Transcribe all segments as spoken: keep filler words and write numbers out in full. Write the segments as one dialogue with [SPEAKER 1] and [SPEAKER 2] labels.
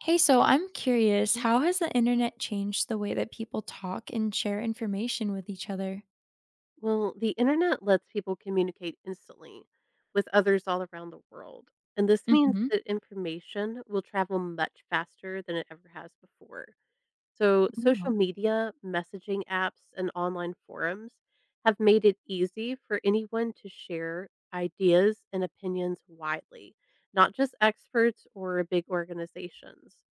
[SPEAKER 1] Hey, so I'm curious,
[SPEAKER 2] Mhm.
[SPEAKER 1] how has the internet changed the way that people talk and share information with each other?
[SPEAKER 2] Well, the internet lets people communicate instantly with others all around the world. And this means
[SPEAKER 1] Hmm.
[SPEAKER 2] that information will travel much faster than it ever has before. So, social
[SPEAKER 1] Wow.
[SPEAKER 2] media, messaging apps, and online forums have made it easy for anyone to share ideas and opinions widely, not just experts or big organizations.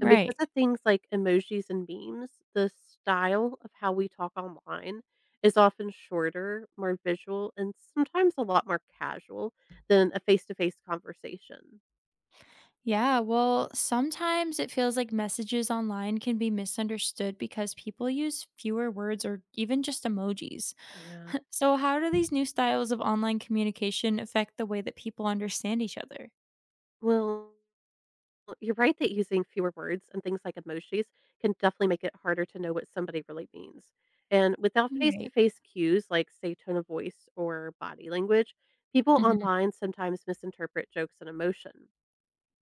[SPEAKER 2] And because
[SPEAKER 1] Right.
[SPEAKER 2] of things like emojis and memes, the style of how we talk online is often shorter, more visual, and sometimes a lot more casual than a face to face conversation.
[SPEAKER 1] Yeah. Well, sometimes it feels like messages online can be misunderstood because people use fewer words or even just emojis.
[SPEAKER 2] Yeah.
[SPEAKER 1] So, how do these new styles of online communication affect the way that people understand each other?
[SPEAKER 2] Well, you're right that using fewer words and things like emojis can definitely make it harder to know what somebody really means. And without face to
[SPEAKER 1] Right.
[SPEAKER 2] face cues like, say, tone of voice or body language, people
[SPEAKER 1] Hmm.
[SPEAKER 2] online sometimes misinterpret jokes and emotion.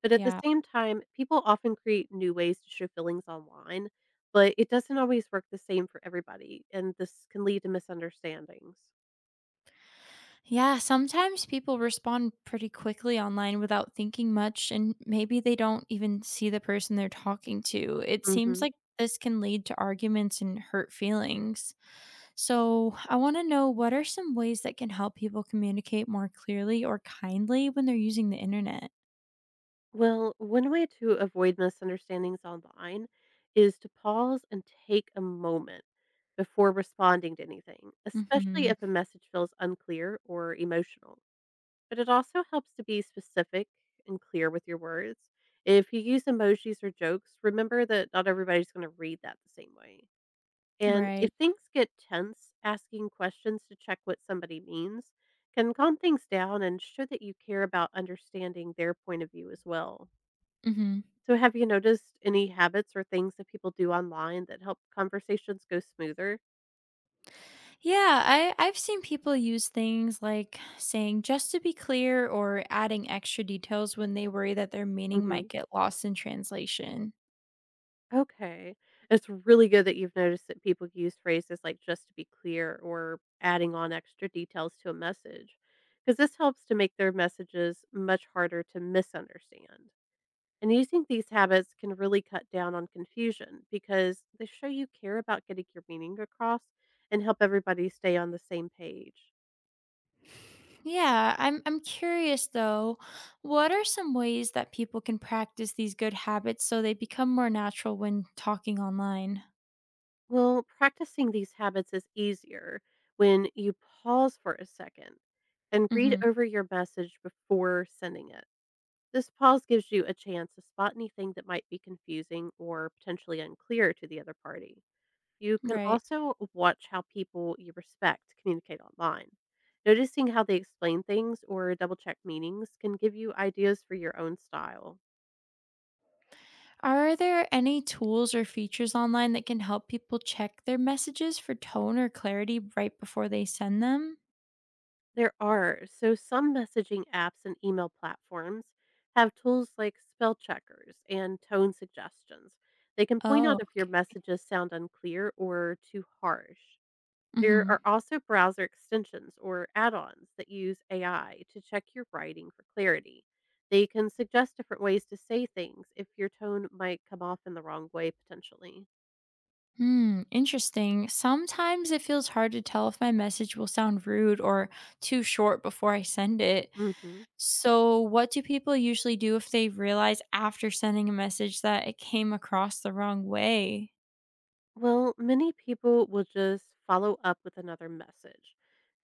[SPEAKER 2] But at the
[SPEAKER 1] Yeah.
[SPEAKER 2] same time, people often create new ways to show feelings online, but it doesn't always work the same for everybody, and this can lead to misunderstandings.
[SPEAKER 1] Yeah, sometimes people respond pretty quickly online without thinking much, and maybe they don't even see the person they're talking to. It seems
[SPEAKER 2] hmm
[SPEAKER 1] like this can lead to arguments and hurt feelings. So, I want to know what are some ways that can help people communicate more clearly or kindly when they're using the internet?
[SPEAKER 2] Well, one way to avoid misunderstandings online is to pause and take a moment before responding to anything, especially
[SPEAKER 1] Mhm.
[SPEAKER 2] if a message feels unclear or emotional. But it also helps to be specific and clear with your words. If you use emojis or jokes, remember that not everybody's going to read that the same way. And
[SPEAKER 1] Right.
[SPEAKER 2] if things get tense, asking questions to check what somebody means can calm things down and show that you care about understanding their point of view as well.
[SPEAKER 1] Mhm.
[SPEAKER 2] So, have you noticed any habits or things that people do online that help conversations go smoother?
[SPEAKER 1] Yeah, I I've seen people use things like saying just to be clear or adding extra details when they worry that their meaning might
[SPEAKER 2] hmm
[SPEAKER 1] get lost in translation.
[SPEAKER 2] Okay. It's really good that you've noticed that people use phrases like just to be clear or adding on extra details to a message, because this helps to make their messages much harder to misunderstand. And using these habits can really cut down on confusion because they show you care about getting your meaning across and help everybody stay on the same page.
[SPEAKER 1] Yeah, I'm I'm curious though, what are some ways that people can practice these good habits so they become more natural when talking online?
[SPEAKER 2] Well, practicing these habits is easier when you pause for a second and read
[SPEAKER 1] Hmm.
[SPEAKER 2] over your message before sending it. This pause gives you a chance to spot anything that might be confusing or potentially unclear to the other party. You can
[SPEAKER 1] Right.
[SPEAKER 2] also watch how people you respect communicate online. Noticing how they explain things or double check meanings can give you ideas for your own style.
[SPEAKER 1] Are there any tools or features online that can help people check their messages for tone or clarity right before they send them?
[SPEAKER 2] There are, so some messaging apps and email platforms have tools like spell checkers and tone suggestions. They can point
[SPEAKER 1] Oh,
[SPEAKER 2] out if your
[SPEAKER 1] okay.
[SPEAKER 2] messages sound unclear or too harsh. There
[SPEAKER 1] Mm-hmm.
[SPEAKER 2] are also browser extensions or add ons that use A I to check your writing for clarity. They can suggest different ways to say things if your tone might come off in the wrong way potentially.
[SPEAKER 1] Hmm, interesting. Sometimes it feels hard to tell if my message will sound rude or too short before I send it.
[SPEAKER 2] hmm
[SPEAKER 1] So, what do people usually do if they realize after sending a message that it came across the wrong way?
[SPEAKER 2] Well, many people will just follow up with another message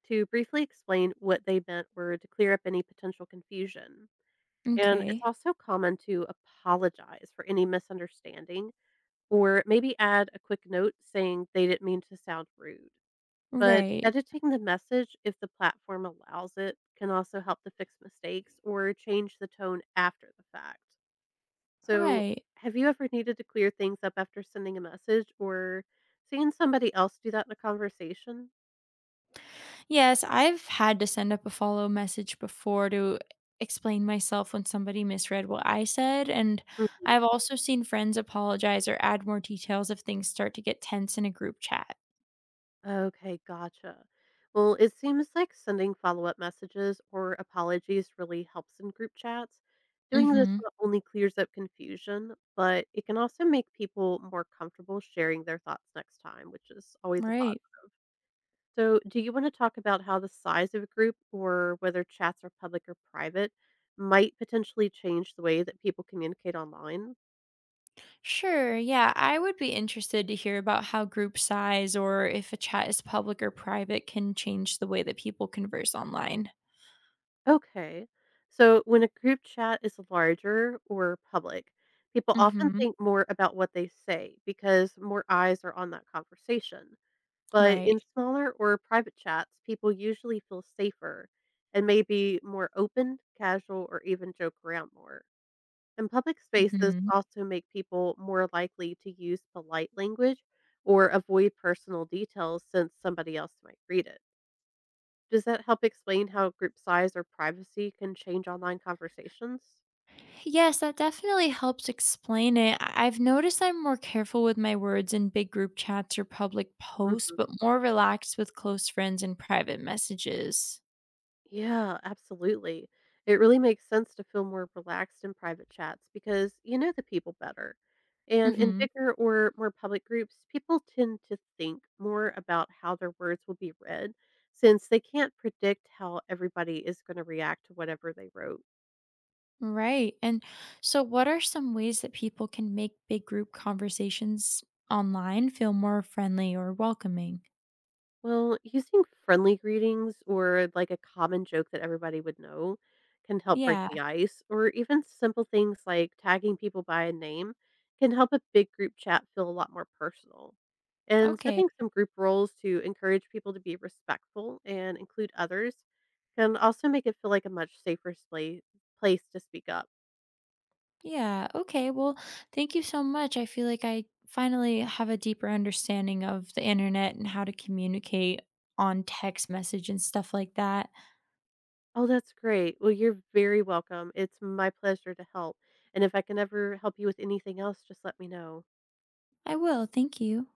[SPEAKER 2] to briefly explain what they meant or to clear up any potential confusion. And it's
[SPEAKER 1] Okay.
[SPEAKER 2] also common to apologize for any misunderstanding or maybe add a quick note saying they didn't mean to sound rude. But
[SPEAKER 1] Right.
[SPEAKER 2] editing the message, if the platform allows it, can also help to fix mistakes or change the tone after the fact. So,
[SPEAKER 1] Right.
[SPEAKER 2] have you ever needed to clear things up after sending a message or seeing somebody else do that in a conversation?
[SPEAKER 1] Yes, I've had to send up a follow message before to explain myself when somebody misread what I said. And
[SPEAKER 2] Mhm.
[SPEAKER 1] I've also seen friends apologize or add more details if things start to get tense in a group chat.
[SPEAKER 2] Okay, gotcha. Well, it seems like sending follow up messages or apologies really helps in group chats.
[SPEAKER 1] Mm
[SPEAKER 2] Doing this
[SPEAKER 1] hmm.
[SPEAKER 2] not only clears up confusion, but it can also make people more comfortable sharing their thoughts next time, which is always a
[SPEAKER 1] Right.
[SPEAKER 2] positive. So, do you want to talk about how the size of a group or whether chats are public or private might potentially change the way that people communicate online?
[SPEAKER 1] Sure. Yeah, I would be interested to hear about how group size or if a chat is public or private can change the way that people converse online.
[SPEAKER 2] Okay. So, when a group chat is larger or public, people often
[SPEAKER 1] Mhm.
[SPEAKER 2] think more about what they say because more eyes are on that conversation. But in
[SPEAKER 1] Right.
[SPEAKER 2] smaller or private chats, people usually feel safer and may be more open, casual, or even joke around more. And public spaces
[SPEAKER 1] Mhm.
[SPEAKER 2] also make people more likely to use polite language or avoid personal details since somebody else might read it. Does that help explain how group size or privacy can change online conversations?
[SPEAKER 1] Yes, that definitely helps explain it. I- I've noticed I'm more careful with my words in big group chats or public posts, but
[SPEAKER 2] hmm
[SPEAKER 1] more relaxed with close friends and private messages.
[SPEAKER 2] Yeah, absolutely. It really makes sense to feel more relaxed in private chats because you know the people better. And in
[SPEAKER 1] Mhm.
[SPEAKER 2] bigger or more public groups, people tend to think more about how their words will be read since they can't predict how everybody is going to react to whatever they wrote.
[SPEAKER 1] Right. And so, what are some ways that people can make big group conversations online feel more friendly or welcoming?
[SPEAKER 2] Well, using friendly greetings or like a common joke that everybody would know can help break
[SPEAKER 1] Yeah.
[SPEAKER 2] the ice, or even simple things like tagging people by a name can help a big group chat feel a lot more personal. And
[SPEAKER 1] Okay.
[SPEAKER 2] setting some group roles to encourage people to be respectful and include others can also make it feel like a much safer sla- place to speak up.
[SPEAKER 1] Yeah. Okay. Well, thank you so much. I feel like I finally have a deeper understanding of the internet and how to communicate on text message and stuff like that.
[SPEAKER 2] Oh, that's great. Well, you're very welcome. It's my pleasure to help. And if I can ever help you with anything else, just let me know.
[SPEAKER 1] I will. Thank you.